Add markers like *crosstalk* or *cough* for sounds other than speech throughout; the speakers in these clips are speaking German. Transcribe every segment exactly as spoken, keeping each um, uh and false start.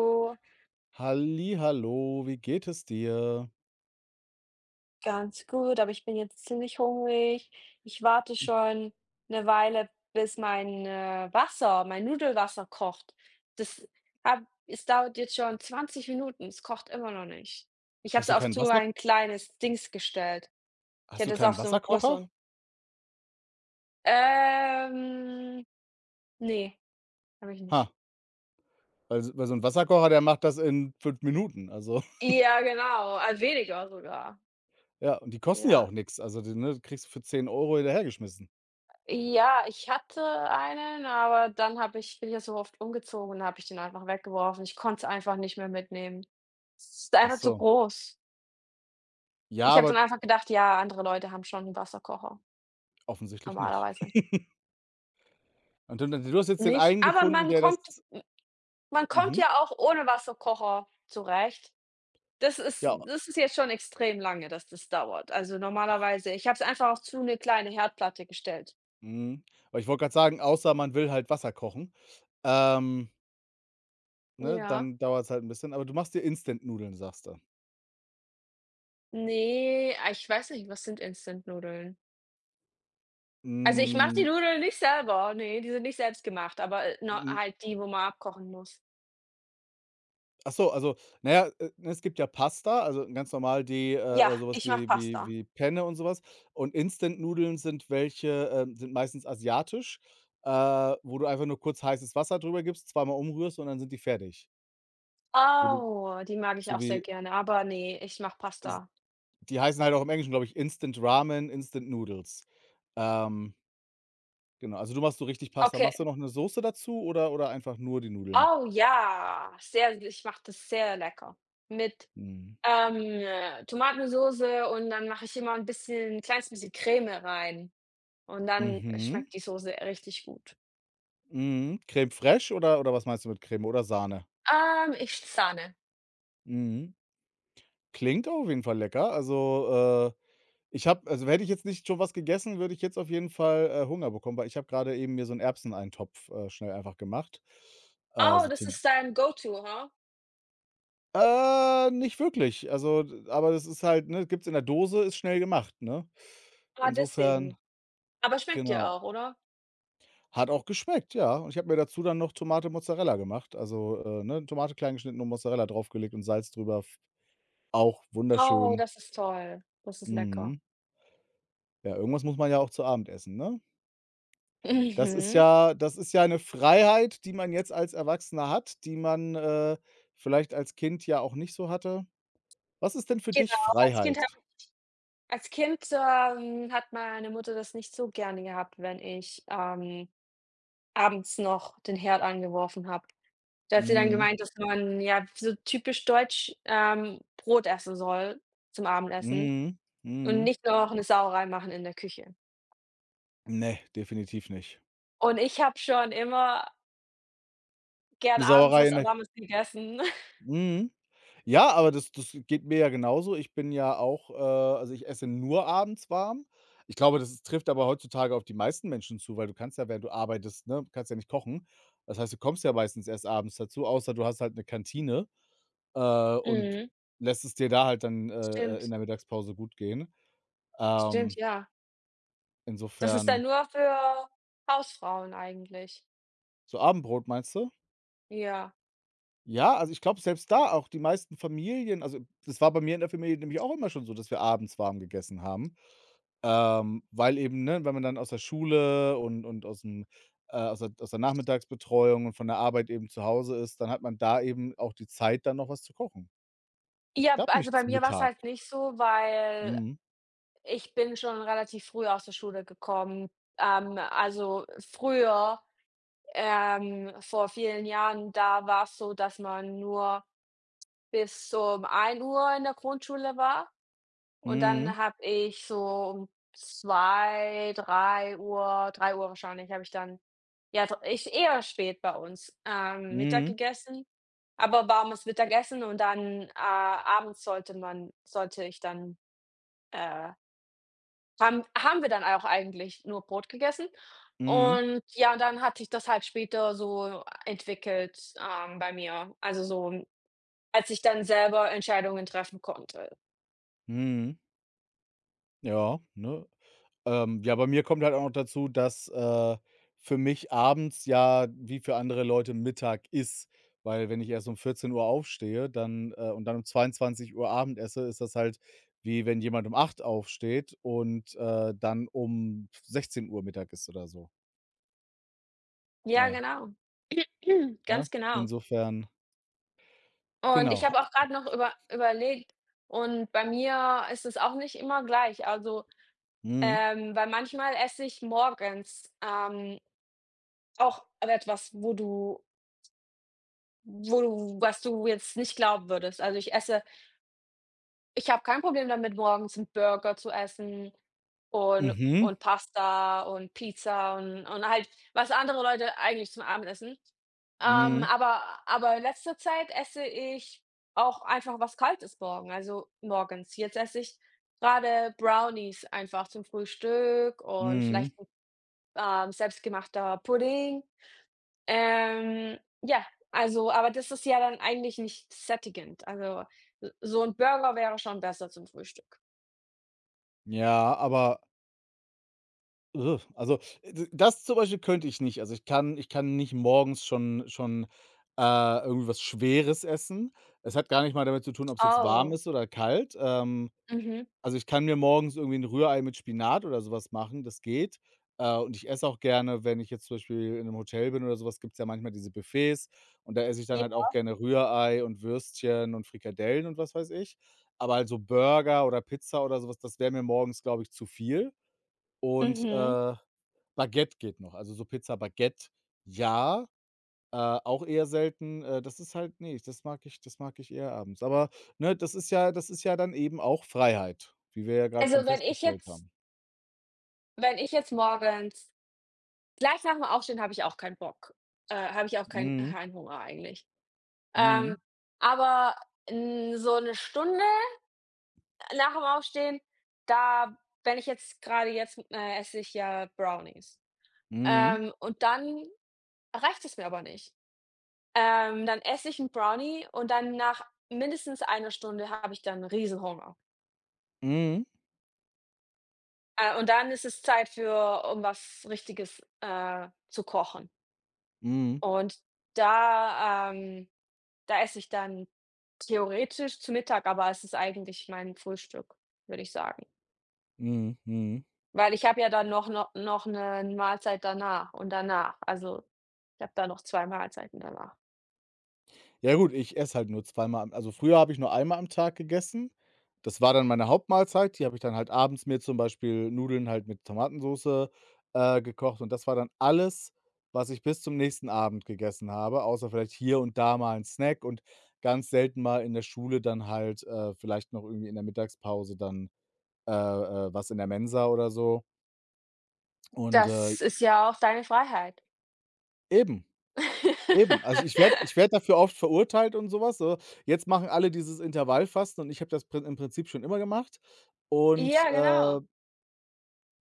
So, Halli hallo, wie geht es dir? ganz gut, aber ich bin jetzt ziemlich hungrig. Ich warte schon eine Weile, bis mein, äh, Wasser mein Nudelwasser kocht. Das hab es dauert jetzt schon zwanzig Minuten, es kocht immer noch nicht. Ich habe Hast es du auf keinen so Wasser ein kleines Dings gestellt. Ich hast du hätte es keinen auf so 'n Wasserkocher? größeren, ähm, ne, habe ich nicht. Ha, weil s weil so ein Wasserkocher, der macht das in fünf Minuten. Also, *laughs* Ja, genau, äh, weniger sogar. ja, und die kosten ja Ja. auch nichts. Also, die ne, kriegst du für zehn Euro hinterhergeschmissen. Ja, ich hatte einen, aber dann habe ich bin ich ja so oft umgezogen und habe ich den einfach weggeworfen. Ich konnte es einfach nicht mehr mitnehmen. Es ist Ach einfach zu so. groß. Ja, Ich habe aber dann einfach gedacht: „Ja, andere Leute haben schon einen Wasserkocher, offensichtlich nicht. normalerweise." Und du du hast jetzt den Nicht? einen Aber gefunden, man der kommt das man kommt mhm, ja auch ohne Wasserkocher zurecht. Das ist ja, das ist jetzt schon extrem lange, dass das dauert. Also, normalerweise ich habe es einfach auf zu eine kleine Herdplatte gestellt. mhm. Aber ich wollte gerade sagen, außer man will halt Wasser kochen, ähm, ne, Ja. dann dauert es halt ein bisschen. Aber du machst dir Instant-Nudeln, sagst du. Ne, ah, ich weiß nicht, was sind Instant-Nudeln? Also, ich mache die Hm. Nudeln nicht selber. Ne, die sind nicht selbstgemacht, aber, äh, na halt die, wo man abkochen muss. Ach so, also, naja, äh, ne, es gibt ja Pasta, also ganz normal die, äh, Ja, äh, so ich mache wie wie Pasta. wie Penne und sowas. Und Instant-Nudeln sind welche, ähm sind meistens asiatisch, äh, wo du einfach nur kurz heißes Wasser drüber gibst, zweimal umrührst und dann sind die fertig. Wo du Oh, die mag ich so auch sehr wie gerne, aber ne, ich mache s Pasta. die heißen halt auch im Englischen, glaube ich, Instant Ramen, Instant Noodles. Ähm, genau, also du machst so richtig Pasta. Machst du Okay. noch eine Soße dazu oder oder einfach nur die Nudeln? Oh ja, sehr ich mache das sehr lecker. Mit, Mhm. ähm, Tomatensoße und dann mache ich immer 'n bisschen kleines bisschen Creme rein und dann Mhm. schmeckt die Soße richtig gut. Mhm. Crème fraîche oder oder was meinst du mit Creme oder Sahne? Ähm, ich zahne. Mhm. Klingt auf jeden Fall lecker. Also, äh, ich habe also, hätte ich jetzt nicht schon was gegessen, würde ich jetzt auf jeden Fall, äh, Hunger bekommen, weil ich habe gerade eben mir so 'n Erbseneintopf, äh, schnell einfach gemacht. Äh, Oh, so das zum ist dein Go-to, ha? Äh, nicht wirklich. Also, d aber das ist halt ne, gibt's in der Dose, ist schnell gemacht, ne? Ah, Insofern deswegen. Aber schmeckt dir genau. auch, oder? Hat auch geschmeckt, ja. Und ich habe mir dazu dann noch Tomate Mozzarella gemacht. Also, äh, ne, Tomate klein geschnitten und Mozzarella draufgelegt und Salz drüber. F Auch Oh, wunderschön. das ist toll. Das ist lecker. Mhm. Ja, irgendwas muss man ja auch zu Abend essen, ne? Das ist Mhm. ja das ist ja eine Freiheit, die man jetzt als Erwachsener hat, die man, äh, vielleicht als Kind ja auch nicht so hatte. Was ist denn für dich Genau, als Kind Freiheit? habe Als Kind, ähm, hat meine Mutter das nicht so gerne gehabt, wenn ich, ähm, abends noch den Herd angeworfen habe. Da hat sie dann Mhm. gemeint, dass man, ja, so typisch deutsch, ähm, Brot essen soll zum Abendessen Mhm. und Mhm. nicht noch 'ne Sauerei machen in der Küche. Ne, definitiv nicht. Und ich habe schon immer gern Eine abends Sauerei was in der Warmes gegessen. Mhm. Ja, aber das das geht mir ja genauso. Ich bin ja auch äh, also, ich esse nur abends warm. Ich glaube, das ist trifft aber heutzutage auf die meisten Menschen zu, weil du kannst ja, während du arbeitest ne, kannst ja nicht kochen. Das heißt, du kommst ja meistens erst abends dazu, außer du hast halt eine Kantine, äh, und Mhm. lässt es dir da halt dann, *laughs* äh, äh, in Stimmt, der Mittagspause gut gehen. stimmt, Ähm, ja. Das ist dann Insofern, nur für Hausfrauen eigentlich. so Abendbrot meinst du? Ja. Ja, also, ich glaube, selbst da auch die meisten Familien also, das war bei mir in der Familie nämlich auch immer schon so, dass wir abends warm gegessen haben. Ähm, weil eben, ne, weil man dann aus der Schule und und aus'm äh, aus der aus der Nachmittagsbetreuung und von der Arbeit eben zu Hause ist, dann hat man da eben auch die Zeit, dann noch was zu kochen. Ja, b Gab also, bei nichts mir war's Mittag. halt nicht so, weil Mhm. ich bin schon relativ früh aus der Schule gekommen. Ähm, also, früher, ähm, vor vielen Jahren, da war's so, dass man nur bis um ein Uhr in der Grundschule war und Mhm. dann habe ich so um zwei, drei Uhr, drei Uhr wahrscheinlich habe ich dann. Ja, dr ich eher spät bei uns. Ähm, Mittag Mhm. gegessen, aber warmes Mittagessen und dann, äh, abends sollte man sollte ich dann, äh haben haben wir dann auch eigentlich nur Brot gegessen. Mhm. Und ja, dann hat sich das halt später so entwickelt, ähm, bei mir. Also so, als ich dann selber Entscheidungen treffen konnte. Mhm. Ja, ne? Ähm, ja, bei mir kommt halt auch noch dazu, dass, äh, für mich abends ja wie für andere Leute Mittag ist, weil wenn ich erst um vierzehn Uhr aufstehe, dann, äh und dann um zweiundzwanzig Uhr Abend esse, ist das halt wie wenn jemand um acht aufsteht und, äh, dann um sechzehn Uhr Mittag isst oder so. Ja, Ja, genau. *clears throat* ne? Ganz genau. Insofern Und ich genau. habe auch Ah, gerade noch über überlegt und bei mir ist es auch nicht immer gleich. Also. mhm. Ähm, weil manchmal esse ich morgens, ähm, auch etwas, wo du wo du was du jetzt nicht glauben würdest. Also, ich esse ich habe kein Problem damit, morgens einen Burger zu essen und Mhm. und Pasta und Pizza und und halt, was andere Leute eigentlich zum Abendessen. Ähm, Mhm. aber aber in letzter Zeit esse ich auch einfach was Kaltes morgen also, morgens. Jetzt esse ich gerade Brownies einfach zum Frühstück und Mhm. vielleicht ähm, selbstgemachter Pudding. Ähm, ja, also aber das ist ja dann eigentlich nicht sättigend. Also, s so ein Burger wäre schon besser zum Frühstück. Ja, aber Äh, Also, äh, d das zum Beispiel könnte ich nicht. Also, ich kann ich kann nicht morgens schon schon, äh, irgendwie was Schweres essen. Es hat gar nicht mal damit zu tun, ob es jetzt warm Oh, ist oder kalt. Ähm, mhm. Also, ich kann mir morgens irgendwie ein Rührei mit Spinat oder sowas machen, das geht. Äh, und ich esse auch gerne, wenn ich jetzt zum Beispiel in einem Hotel bin oder sowas. Gibt es ja manchmal diese Buffets und da esse ich dann Ja, halt auch gerne Rührei und Würstchen und Frikadellen und was weiß ich. Aber also Burger oder Pizza oder sowas, das wäre mir morgens, glaube ich, zu viel und, mhm. äh Baguette geht noch, also so Pizza Baguette, ja, äh, auch eher selten. Äh, das ist halt ne, das mag ich das mag ich eher abends. Aber, ne, das ist ja das ist ja dann eben auch Freiheit, wie wir ja grad Also, schon wenn ich festgestellt jetzt haben. wenn ich jetzt morgens gleich nach dem Aufstehen habe ich auch keinen Bock, äh, habe ich auch keinen Mhm. keinen Hunger eigentlich. Ähm, Mhm. aber, hm, so eine Stunde nach dem Aufstehen, da wenn ich jetzt gerade jetzt, äh, esse ich ja Brownies. Mhm. Ähm, und dann reicht es mir aber nicht. Ähm, dann esse ich 'n Brownie und dann nach mindestens einer Stunde habe ich dann Riesenhunger. Mhm. Äh, und dann ist es Zeit für um was Richtiges, äh, zu kochen. Mhm. Und da, ähm da esse ich dann theoretisch zu Mittag, aber es ist eigentlich mein Frühstück, würde ich sagen. Mhm. Mhm. Weil ich habe ja dann noch noch noch 'ne Mahlzeit danach und danach. Also, ich habe da noch zwei Mahlzeiten danach. Ja gut, ich esse halt nur zweimal am, also früher habe ich nur einmal am Tag gegessen. Das war dann meine Hauptmahlzeit. Die habe ich dann halt abends mir zum Beispiel Nudeln halt mit Tomatensauce äh, gekocht und das war dann alles, was ich bis zum nächsten Abend gegessen habe, außer vielleicht hier und da mal ein Snack und ganz selten mal in der Schule dann halt, äh, vielleicht noch irgendwie in der Mittagspause dann, äh, äh, was in der Mensa oder so und, äh, Das ist ja auch deine Freiheit. eben. Eben, also ich werde *laughs* ich werde dafür oft verurteilt und so was, so. Jetzt machen alle dieses Intervallfasten und ich habe das prin im Prinzip schon immer gemacht und, Ja, äh, genau.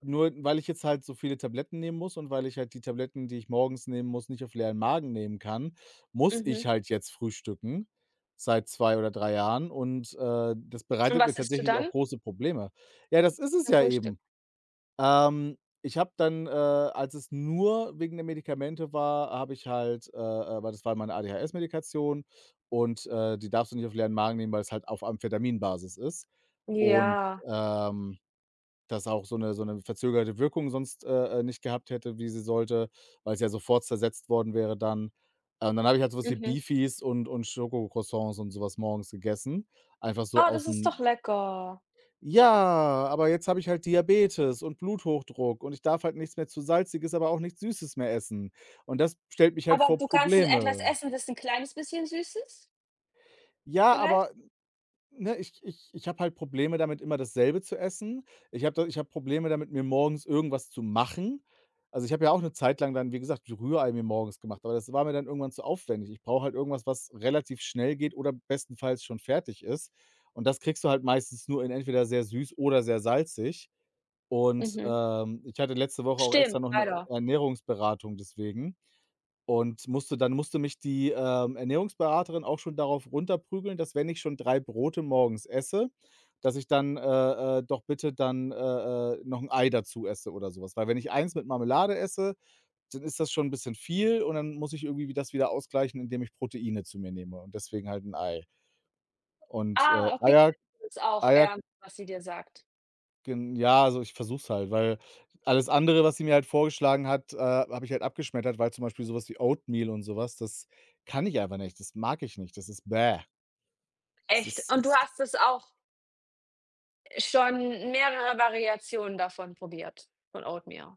nur weil ich jetzt halt so viele Tabletten nehmen muss und weil ich halt die Tabletten, die ich morgens nehmen muss, nicht auf leeren Magen nehmen kann, muss Mhm. ich halt jetzt frühstücken seit zwei oder drei Jahren und, äh, das Und bereitet mir was isst du tatsächlich auch dann große Probleme. Ja, das ist es zum ja Frühstück? eben. Ähm, ich habe dann, äh, als es nur wegen der Medikamente war, habe ich halt äh, äh, weil das war meine A D H S-Medikation und, äh, die darfst du nicht auf leeren Magen nehmen, weil es halt auf Amphetaminbasis ist und, Ja. ähm, das auch so eine so eine verzögerte Wirkung sonst, äh, äh, nicht gehabt hätte, wie sie sollte, weil es ja sofort zersetzt worden wäre dann. Äh, Und dann habe ich halt so was wie Mhm. Beefies und und Schokocroissants und sowas morgens gegessen, einfach so Oh, aus das ist doch dem lecker. ja, aber jetzt habe ich halt Diabetes und Bluthochdruck und ich darf halt nichts mehr zu Salziges, aber auch nichts Süßes mehr essen. Und das stellt mich halt Aber vor du kannst etwas Probleme. essen, das 'n kleines bisschen süß ist Ja, vielleicht? aber ne, ich ich ich habe halt Probleme damit, immer dasselbe zu essen. Ich habe ich habe Probleme damit, mir morgens irgendwas zu machen. Also, ich habe ja auch eine Zeit lang dann, wie gesagt, Rührei mir morgens gemacht, aber das war mir dann irgendwann zu aufwendig. Ich brauche halt irgendwas, was relativ schnell geht oder bestenfalls schon fertig ist. Und das kriegst du halt meistens nur in entweder sehr süß oder sehr salzig. Und, Mhm. ähm, ich hatte letzte Woche auch Stimmt, extra noch eine leider. Ernährungsberatung deswegen. Und musste dann musste mich die, ähm, Ernährungsberaterin auch schon darauf runterprügeln, dass wenn ich schon drei Brote morgens esse, dass ich dann, äh, äh, doch bitte dann, äh, äh, noch ein Ei dazu esse oder sowas. Weil wenn ich eins mit Marmelade esse, dann ist das schon ein bisschen viel und dann muss ich irgendwie wie das wieder ausgleichen, indem ich Proteine zu mir nehme und deswegen halt ein Ei. Und, äh, Ah, okay, Eier ist auch Eier ernst, was sie dir sagt. Gen ja, also, ich versuche es halt, weil alles andere, was sie mir halt vorgeschlagen hat, äh, habe ich halt abgeschmettert, weil zum Beispiel so was wie Oatmeal und so was, das kann ich einfach nicht. Das mag ich nicht. Das ist bäh. Das Echt? Und du ist hast es auch schon mehrere Variationen davon probiert, von Oatmeal?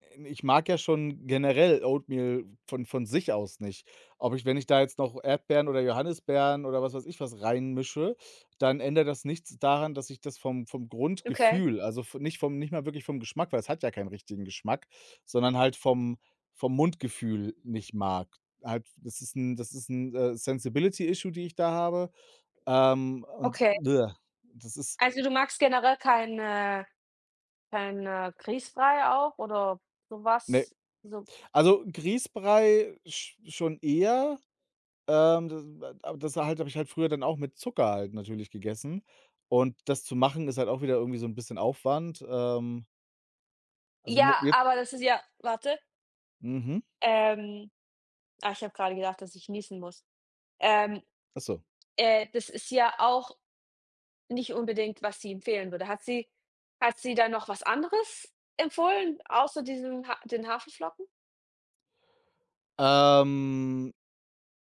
Ähm, ich mag ja schon generell Oatmeal von von sich aus nicht. Ob ich wenn ich da jetzt noch Erdbeeren oder Johannisbeeren oder was weiß ich was reinmische, dann ändert das nichts daran, dass ich das vom vom Okay, Grundgefühl, also v nicht vom nicht mal wirklich vom Geschmack, weil es hat ja keinen richtigen Geschmack, sondern halt vom vom Mundgefühl nicht mag. Halt, das ist ein das ist ein, äh, Sensibility Issue, die ich da habe. Ähm, und okay. bleh, das ist Also, du magst generell kein, äh kein, äh, Grießbrei auch oder so ne. was? So, Also Grießbrei sch schon eher. Ähm, Das aber das halt habe ich halt früher dann auch mit Zucker halt natürlich gegessen. Und das zu machen ist halt auch wieder irgendwie so 'n bisschen Aufwand. Ähm, also mo ja, jetzt aber das ist ja, warte, Mhm, ähm, ah, ich habe grade gedacht, dass ich niesen muss. Ähm, ach so. äh, das ist ja auch nicht unbedingt, was sie empfehlen würde. Hat sie hat sie da noch was anderes empfohlen, außer diesen Ha den Haferflocken? Ähm,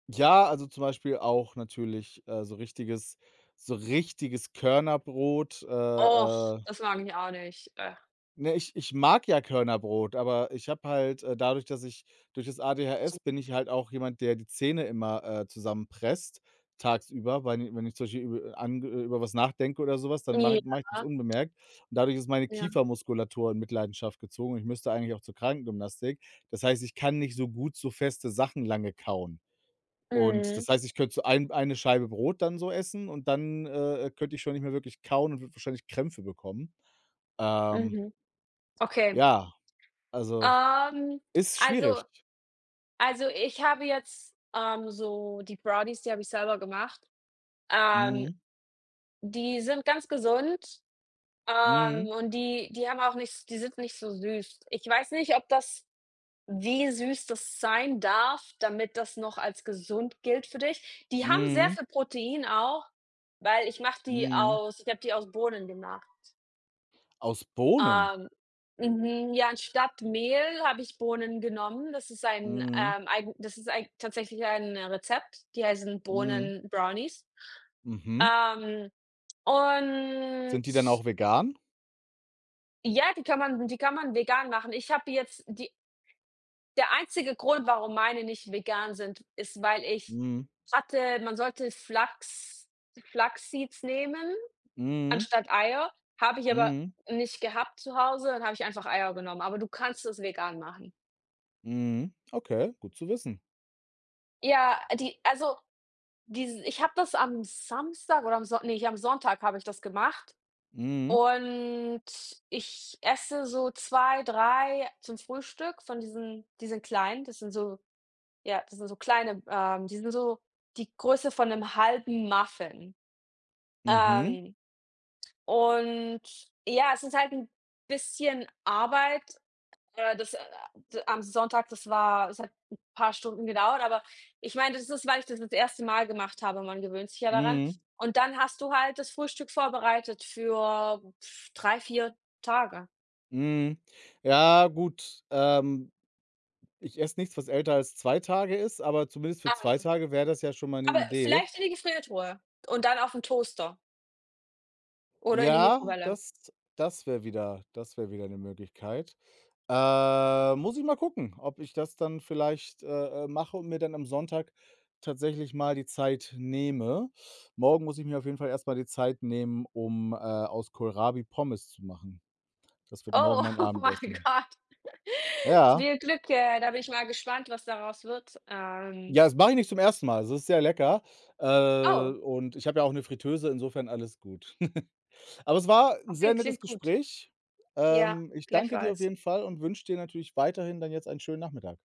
ja, also zum Beispiel auch natürlich, äh, so richtiges so richtiges Körnerbrot, äh, Och, äh das mag ich auch nicht. Äh. Ne, ich ich mag ja Körnerbrot, aber ich habe halt, äh, dadurch, dass ich durch das A D H S bin ich halt auch jemand, der die Zähne immer, äh, zusammenpresst tagsüber, weil ich- wenn ich zum Beispiel über an über was nachdenke oder sowas, dann mache ich mache ich das Ja, unbemerkt. Und dadurch ist meine ja. Kiefermuskulatur in Mitleidenschaft gezogen. Ich müsste eigentlich auch zur Krankengymnastik. Das heißt, ich kann nicht so gut so feste Sachen lange kauen. Und Mhm, das heißt, ich könnte so ein eine Scheibe Brot dann so essen und dann, äh, könnte ich schon nicht mehr wirklich kauen und würde wahrscheinlich Krämpfe bekommen. Ähm, mhm. Okay. ja. Also, Ähm, ist also schwierig. also ich habe jetzt, ähm, so die Brownies, die habe ich selber gemacht. Ähm, Mhm. die sind ganz gesund. Ähm, Mhm. und die die haben auch nicht, die sind nicht so süß. Ich weiß nicht, ob das wie süß das sein darf, damit das noch als gesund gilt für dich. Die haben sehr Mhm. viel Protein auch, weil ich mache die Mhm. aus ich habe die aus Bohnen gemacht. Aus Bohnen? Ähm, mhm, ja, anstatt Mehl habe ich Bohnen genommen. Das ist ein, Mhm. Ähm, eigen das ist ein tatsächlich ein Rezept. Die heißen Mhm. Bohnen-Brownies. Mhm. Ähm, und Sind die dann auch vegan? ja, die kann man die kann man vegan machen. Ich habe jetzt die, der einzige Grund, warum meine nicht vegan sind, ist, weil ich Mhm. hatte, man sollte Flachs Flaxseeds nehmen Mhm. anstatt Eier, habe ich aber Mhm. nicht gehabt zu Hause, dann habe ich einfach Eier genommen, aber du kannst es vegan machen. Mhm. Okay, gut zu wissen. Ja, die also, diese ich habe das am Samstag oder am Son ne, am Sonntag habe ich das gemacht Mhm. und ich esse so zwei, drei zum Frühstück von diesen diesen kleinen, das sind so Ja, das sind so kleine, ähm die sind so die Größe von 'nem halben Muffin. Mhm. Ähm, und ja, es ist halt 'n bisschen Arbeit, äh, das, äh, d am Sonntag, das war es hat 'n paar Stunden gedauert, aber ich meine, das ist, weil ich das das erste Mal gemacht habe, man gewöhnt sich ja daran. Mhm. Und dann hast du halt das Frühstück vorbereitet für drei vier Tage. Mhm. Ja, gut, ähm, ich esse nichts, was älter als zwei Tage ist, aber zumindest für zwei Ähm, Tage wäre das ja schon mal eine aber Idee. vielleicht in die Gefriertruhe und dann aufm Toaster oder in die Ja, Mikrowelle. das das wäre wieder das wäre wieder eine Möglichkeit. Äh, muss ich mal gucken, ob ich das dann vielleicht, äh, äh, mache und mir dann am Sonntag tatsächlich mal die Zeit nehme. Morgen muss ich mir auf jeden Fall erst mal die Zeit nehmen, um, äh, aus Kohlrabi Pommes zu machen. Das wird morgen Oh, *laughs* mein oh mein Abendessen. Gott. Ja. Viel Glück, äh, da bin ich mal gespannt, was daraus wird. Ähm, Ja, das mache ich nicht zum ersten Mal. Es ist sehr lecker, äh, oh, und ich habe ja auch eine Fritteuse. Insofern alles gut. *laughs* Aber es war ein sehr okay, nettes klingt gut. Gespräch. Ja, Ähm, ich danke dir auf gleichfalls. jeden Fall und wünsche dir natürlich weiterhin dann jetzt einen schönen Nachmittag.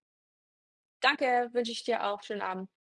Danke, wünsche ich dir auch. Schönen Abend.